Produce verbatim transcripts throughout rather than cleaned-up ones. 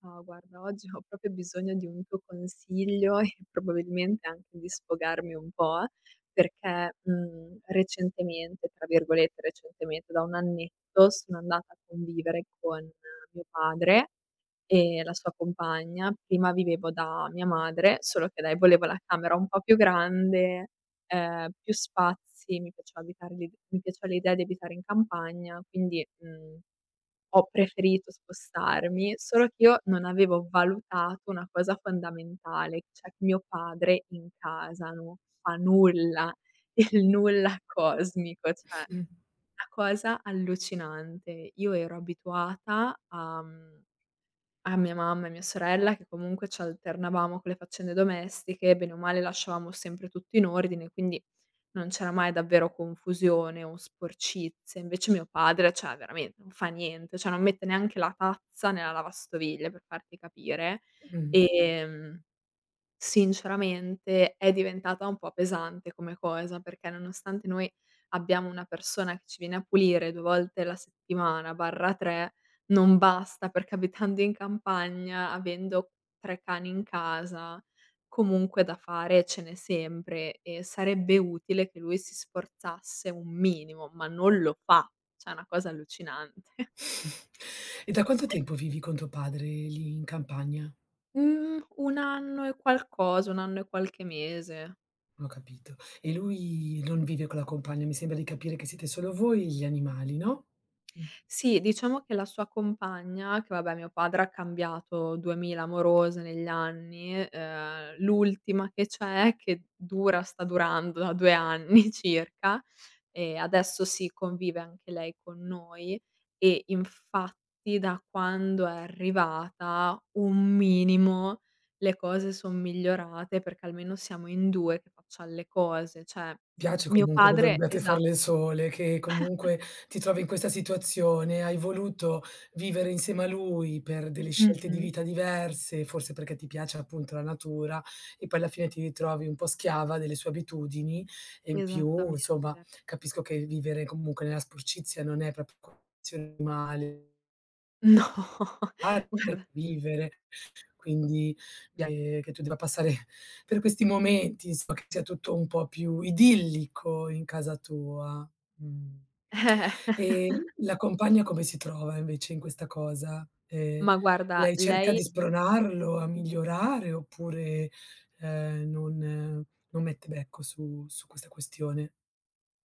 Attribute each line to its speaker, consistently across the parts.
Speaker 1: Ciao, guarda, oggi ho proprio bisogno di un tuo consiglio e probabilmente anche di sfogarmi un po', perché, mhmm, recentemente, tra virgolette "recentemente", da un annetto, sono andata a convivere con eh, mio padre e la sua compagna. Prima vivevo da mia madre, solo che lei voleva la camera un po' più grande, ehm, più spazi, mi piaceva abitare l'i mi piaceva l'idea di abitare in campagna, quindi, mhmm ho preferito spostarmi, solo che io non avevo valutato una cosa fondamentale, cioè che mio padre in casa non fa nulla, il nulla cosmico, cioè
Speaker 2: Mh,
Speaker 1: una cosa allucinante. Io ero abituata a, mhmm a mia mamma e mia sorella che comunque ci alternavamo con le faccende domestiche, bene o male lasciavamo sempre tutto in ordine, quindi non c'era mai davvero confusione o sporcizie. Invece mio padre, cioè veramente non fa niente, cioè non mette neanche la tazza nella lavastoviglie per farti capire.
Speaker 2: mh.
Speaker 1: Mh-mh. Ehm Sinceramente è diventata un po' pesante come cosa, perché nonostante noi abbiamo una persona che ci viene a pulire due volte la settimana/tre, non basta perché abitando in campagna, avendo tre cani in casa, comunque da fare ce n'è sempre e sarebbe utile che lui si sforzasse un minimo, ma non lo fa. Cioè è una cosa allucinante.
Speaker 2: E da quanto tempo vivi con tuo padre lì in campagna?
Speaker 1: Mhmm, un anno e qualcosa, un anno e qualche mese.
Speaker 2: Ho capito. E lui non vive con la compagna? Mi sembra di capire che siete solo voi e gli animali, no?
Speaker 1: Sì, diciamo che la sua compagna, che vabbè mio padre ha cambiato duemila amorose negli anni, ehm, l'ultima che c'è, che dura sta durando da due anni circa, e adesso sì, convive anche lei con noi e infatti da quando è arrivata un minimo le cose son migliorate, perché almeno siamo in due che facciam le cose, cioè
Speaker 2: Piace
Speaker 1: mio
Speaker 2: comunque che
Speaker 1: padre
Speaker 2: dobbiate
Speaker 1: esa
Speaker 2: farle sole, che comunque ti trovi in questa situazione, hai voluto vivere insieme a lui per delle scelte di
Speaker 1: mh-mh,
Speaker 2: vita diverse, forse perché ti piace appunto la natura e poi alla fine ti ritrovi un po' schiava delle sue abitudini e in più, insomma,
Speaker 1: esattamente.
Speaker 2: capisco che vivere comunque nella sporcizia non è proprio male
Speaker 1: No, guarda,
Speaker 2: vivere quindi, ehm, che tu debba passare per questi momenti, insomma, che sia tutto un po' più idillico in casa tua. Mh.
Speaker 1: eh,
Speaker 2: E la compagna come si trova invece in questa cosa? Ehm,
Speaker 1: ma guarda
Speaker 2: lei cerca
Speaker 1: lei
Speaker 2: di spronarlo a migliorare oppure, ehm, non non mette becco su su questa questione?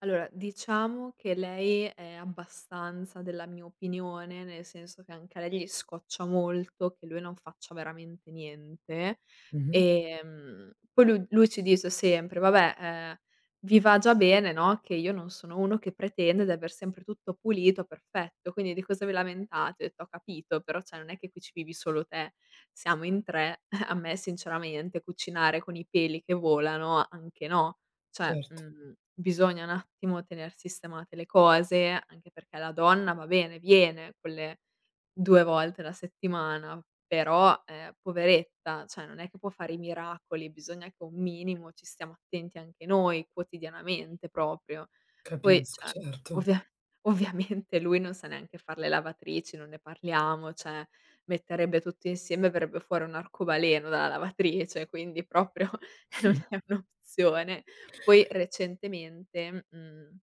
Speaker 1: allora, diciamo che lei è abbastanza della mia opinione, nel senso che anche a lei gli scoccia molto che lui non faccia veramente niente.
Speaker 2: Mh-mh.
Speaker 1: Ehm, poi lu lui ci dice sempre: "Vabbè, ehm, vi va già bene, no, che io non sono uno che pretende di aver sempre tutto pulito, perfetto, quindi di cosa vi lamentate?" Ho detto: "Ho capito, però cioè non è che qui ci vivi solo te, siamo in tre." A me sinceramente cucinare con i peli che volano, anche no. Cioè,
Speaker 2: Certo,
Speaker 1: mhmm, bisogna un attimo tener sistemate le cose, anche perché la donna va bene, viene con le due volte la settimana, però, ehm, poveretta, cioè non è che può fare i miracoli, bisogna che un minimo ci stiamo attenti anche noi, quotidianamente proprio. Poi,
Speaker 2: capisco,
Speaker 1: cioè,
Speaker 2: certo.
Speaker 1: ovvia ovviamente lui non sa neanche far le lavatrici, non ne parliamo, cioè metterebbe tutto insieme e verrebbe fuori un arcobaleno dalla lavatrice, quindi proprio non è un'opzione. Poi recentemente, mhmm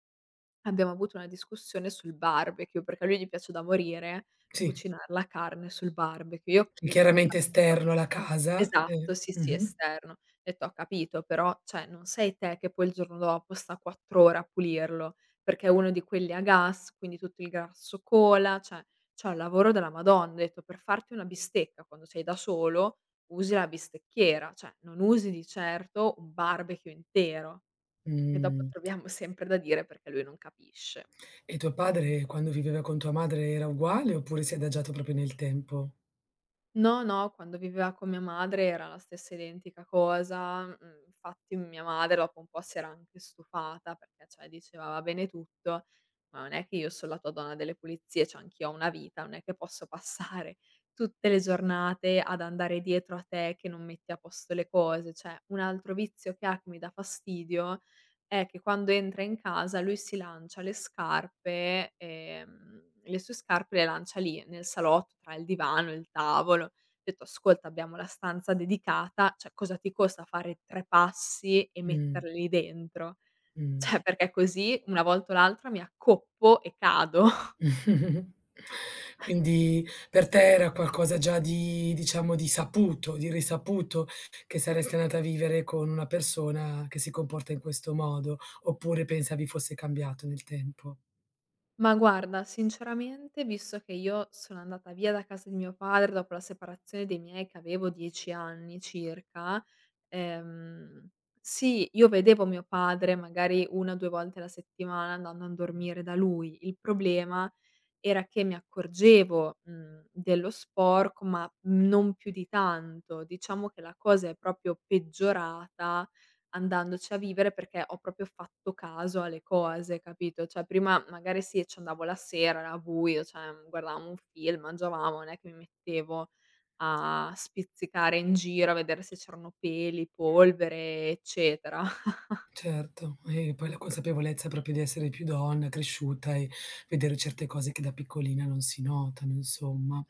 Speaker 1: Abbiamo avuto una discussione sul barbecue, perché a lui gli piace da morire
Speaker 2: Sì,
Speaker 1: cucinar la carne sul barbecue. Io gli ho detto: "Ho
Speaker 2: chiaramente
Speaker 1: capito".
Speaker 2: esterno alla casa,
Speaker 1: Esatto,
Speaker 2: ehm
Speaker 1: sì, sì,
Speaker 2: mh-mh.
Speaker 1: esterno. Ho detto: "Ho capito, però cioè non sei te che poi il giorno dopo sta quattro ore a pulirlo, perché è uno di quelli a gas, quindi tutto il grasso cola, cioè c'è un lavoro della Madonna". Ho detto: "Per farti una bistecca quando sei da solo, usi la bistecchiera, cioè non usi di certo un barbecue intero". E dopo
Speaker 2: Mh.
Speaker 1: troviamo sempre da dire perché lui non capisce.
Speaker 2: E tuo padre quando viveva con tua madre era uguale oppure si è adagiato proprio nel tempo?
Speaker 1: No, no, quando viveva con mia madre era la stessa identica cosa, mhmm, infatti mia madre dopo un po' si era anche stufata perché, cioè, diceva: "Va bene tutto, ma non è che io son la tua donna delle pulizie, cioè anch'io ho una vita, non è che posso passare tutte le giornate ad andare dietro a te che non metti a posto le cose." Cioè un altro vizio che ha, che mi dà fastidio eh, che quando entra in casa lui si lancia le scarpe, ehm, le sue scarpe le lancia lì nel salotto tra il divano e il tavolo. Ho detto: "Ascolta, abbiamo la stanza dedicata, cioè cosa ti costa fare tre passi e
Speaker 2: Mh,
Speaker 1: metterle lì dentro?
Speaker 2: mh.
Speaker 1: Cioè, perché così una volta o l'altra mi accoppo e cado".
Speaker 2: Quindi per te era qualcosa già di diciamo di saputo, di risaputo che saresti andata a vivere con una persona che si comporta in questo modo, oppure pensavi fosse cambiato nel tempo?
Speaker 1: Ma guarda, sinceramente, visto che io sono andata via da casa di mio padre dopo la separazione dei miei che avevo dieci anni circa. Ehm, sì, io vedevo mio padre magari una o due volte alla settimana andando a dormire da lui. Il problema era che mi accorgevo, mhmm, dello sporco, ma non più di tanto. Diciamo che la cosa è proprio peggiorata andandoci a vivere perché ho proprio fatto caso alle cose, capito? Cioè prima magari sì, ci andavo la sera, era buio, cioè guardavamo un film, mangiavamo, non è che mi mettevo a spizzicare in giro, a vedere se c'erano peli, polvere, eccetera.
Speaker 2: Certo, e poi la consapevolezza proprio di essere più donna, cresciuta e vedere certe cose che da piccolina non si notano, insomma.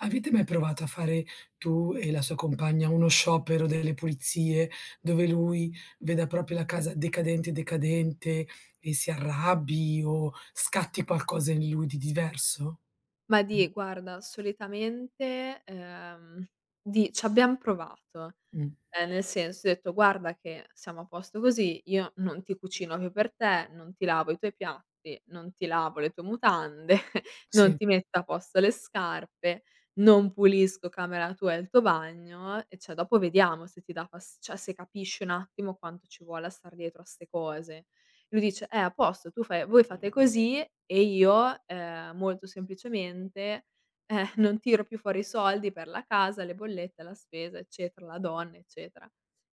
Speaker 2: Avete mai provato a fare tu e la sua compagna uno sciopero delle pulizie, dove lui veda proprio la casa decadente, decadente e si arrabbi o scatti qualcosa in lui di diverso?
Speaker 1: Ma
Speaker 2: Mh,
Speaker 1: di guarda, solitamente, ehm, di c'abbiam provato.
Speaker 2: mh,
Speaker 1: Ehm, nel senso, ho detto: "Guarda che siamo a posto così, io non ti cucino più per te, non ti lavo i tuoi piatti, non ti lavo le tue mutande, non
Speaker 2: sì,
Speaker 1: ti metto a posto le scarpe, non pulisco camera tua e il tuo bagno, e cioè dopo vediamo se ti dà fas cioè se capisci un attimo quanto ci vuole a star dietro a 'ste cose". Lui dice: "Eh, a posto, tu fai voi fate così e io, ehm, molto semplicemente, eh, non tiro più fuori i soldi per la casa, le bollette, la spesa, eccetera, la donna, eccetera".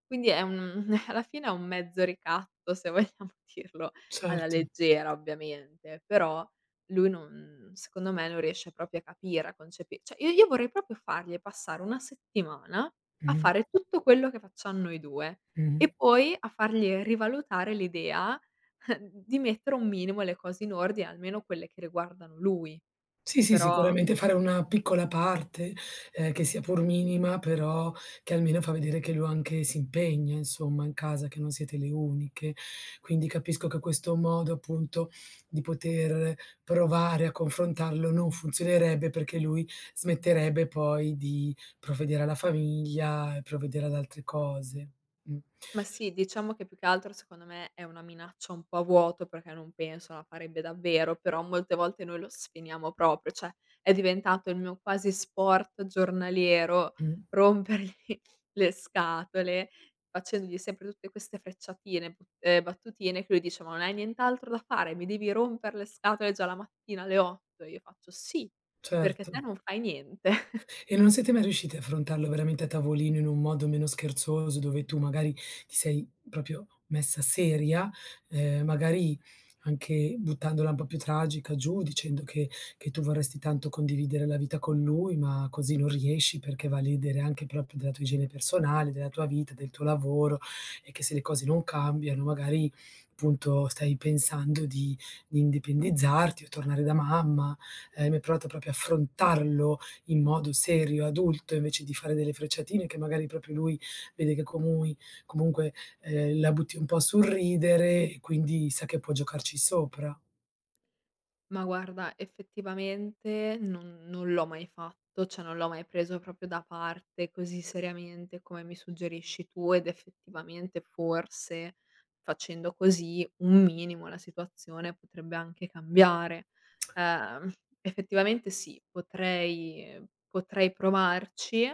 Speaker 1: Quindi è un alla fine è un mezzo ricatto, se vogliamo dirlo alla
Speaker 2: certo.
Speaker 1: leggera ovviamente, però lui non secondo me non riesce proprio a capire, a concepi cioè io io vorrei proprio fargli passare una settimana a
Speaker 2: Mh-mh,
Speaker 1: fare tutto quello che facciam noi due e
Speaker 2: mh-mh.
Speaker 1: poi a fargli rivalutare l'idea Di mettere un minimo le cose in ordine, almeno quelle che riguardano lui.
Speaker 2: Sì, sì,
Speaker 1: Però
Speaker 2: sicuramente fare una piccola parte, ehm, che sia pur minima, però che almeno fa vedere che lui anche si impegna insomma in casa, che non siete le uniche. Quindi capisco che questo modo appunto di poter provare a confrontarlo non funzionerebbe, perché lui smetterebbe poi di provvedere alla famiglia e provvedere ad altre cose. Mh,
Speaker 1: ma sì, diciamo che più che altro secondo me è una minaccia un po' a vuoto, perché non penso la farebbe davvero, però molte volte noi lo sfiniamo proprio, cioè è diventato il mio quasi sport giornaliero
Speaker 2: mh,
Speaker 1: rompergli le scatole, facendogli sempre tutte queste frecciatine, bu ehm, battutine che lui dice: "Ma non hai nient'altro da fare? Mi devi romper le scatole già la mattina alle otto?" Io faccio: "Sì, perché
Speaker 2: certo.
Speaker 1: te non fai niente."
Speaker 2: E non siete mai riusciti a affrontarlo veramente a tavolino in un modo meno scherzoso, dove tu magari ti sei proprio messa seria, ehm, magari anche buttandola un po' più tragica giù, dicendo che che tu vorresti tanto condividere la vita con lui, ma così non riesci perché va a ledere anche proprio della tua igiene personale, della tua vita, del tuo lavoro e che se le cose non cambiano magari, appunto, stai pensando di di indipendizzarti o tornare da mamma. Hai mai provato proprio a affrontarlo in modo serio, adulto, invece di fare delle frecciatine che magari proprio lui vede che comui comunque, ehm, la butti un po' sul ridere e quindi sa che può giocarci sopra.
Speaker 1: Ma guarda, effettivamente non non l'ho mai fatto, cioè non l'ho mai preso proprio da parte così seriamente come mi suggerisci tu ed effettivamente forse facendo così un minimo la situazione potrebbe anche cambiare. Ehm, effettivamente sì, potrei potrei provarci,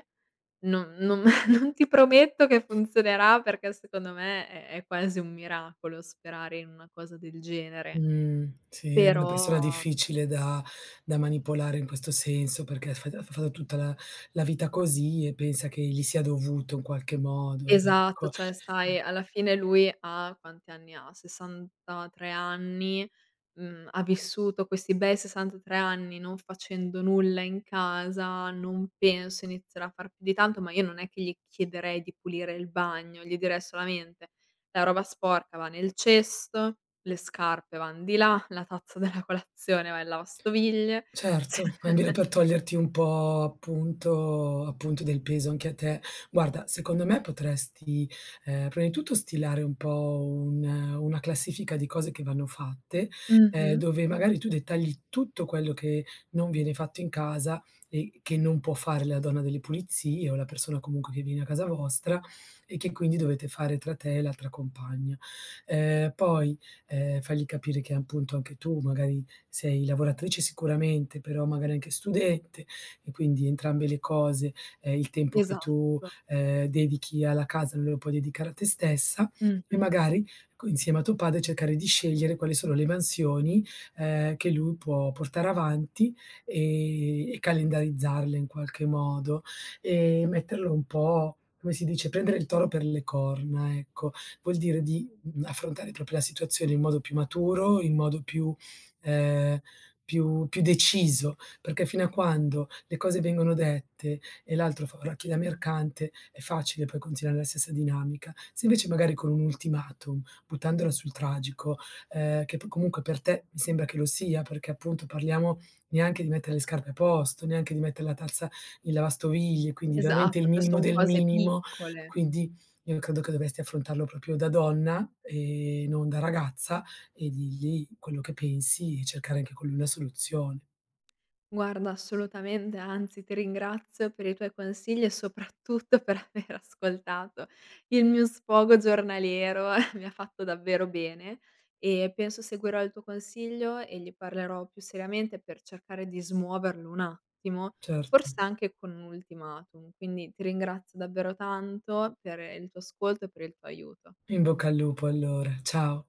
Speaker 1: non non non ti prometto che funzionerà perché secondo me è è quasi un miracolo sperare in una cosa del genere,
Speaker 2: Mh, sì, è una persona
Speaker 1: però.
Speaker 2: difficile da da manipolare in questo senso, perché ha fa ha fatto tutta la la vita così e pensa che gli sia dovuto in qualche modo,
Speaker 1: Esatto,
Speaker 2: ecco.
Speaker 1: cioè sai alla fine lui ha quanti anni ha? sessantatré anni, mhmm, ha vissuto questi bei sessantatré anni non facendo nulla in casa, non penso inizierà a far più di tanto, ma io non è che gli chiederei di pulire il bagno, gli direi solamente: "La roba sporca va nel cesto, le scarpe van di là, la tazza della colazione va in lavastoviglie." S
Speaker 2: Certo, almeno per toglierti un po' appunto appunto del peso anche a te. Guarda, secondo me potresti, ehm, prima di tutto stilare un po' un una classifica di cose che vanno fatte, ehm,
Speaker 1: Mh-mh,
Speaker 2: dove magari tu dettagli tutto quello che non viene fatto in casa e che non può fare la donna delle pulizie o la persona comunque che viene a casa vostra e che quindi dovete fare tra te e l'altra compagna. Ehm, poi, ehm, fagli capire che appunto anche tu magari sei lavoratrice sicuramente, però magari anche studente e quindi entrambe le cose, ehm, il tempo che tu,
Speaker 1: esatto,
Speaker 2: ehm, dedichi alla casa non lo puoi dedicare a te stessa e
Speaker 1: mh-mh,
Speaker 2: magari co insieme a tuo padre cercare di scegliere quali sono le mansioni, ehm, che lui può portare avanti, ehm, e calendarizzarle in qualche modo e metterlo un po' come si dice, prendere il toro per le corna, ecco. Vuol dire di, mhmm, affrontare proprio la situazione in modo più maturo, in modo più ehm, più più deciso, perché fino a quando le cose vengono dette e l'altro fa orecchie da mercante, è facile poi continuare la stessa dinamica. Se invece magari con un ultimatum, buttandola sul tragico, ehm, che p comunque per te mi sembra che lo sia, perché appunto parliamo neanche di mettere le scarpe a posto, neanche di mettere la tazza in lavastoviglie, quindi veramente
Speaker 1: esatto,
Speaker 2: il
Speaker 1: cioè
Speaker 2: minimo
Speaker 1: son
Speaker 2: del
Speaker 1: cose
Speaker 2: minimo.
Speaker 1: piccole.
Speaker 2: Quindi io credo che dovresti affrontarlo proprio da donna e non da ragazza e digli quello che pensi e cercare anche con lui una soluzione.
Speaker 1: Guarda, assolutamente, anzi ti ringrazio per i tuoi consigli e soprattutto per aver ascoltato il mio sfogo giornaliero, mi ha fatto davvero bene e penso seguirò il tuo consiglio e gli parlerò più seriamente per cercare di smuoverlo un attimo,
Speaker 2: Certo.
Speaker 1: forse anche con un ultimatum. Quindi ti ringrazio davvero tanto per il tuo ascolto e per il tuo aiuto.
Speaker 2: In bocca al lupo allora. Ciao.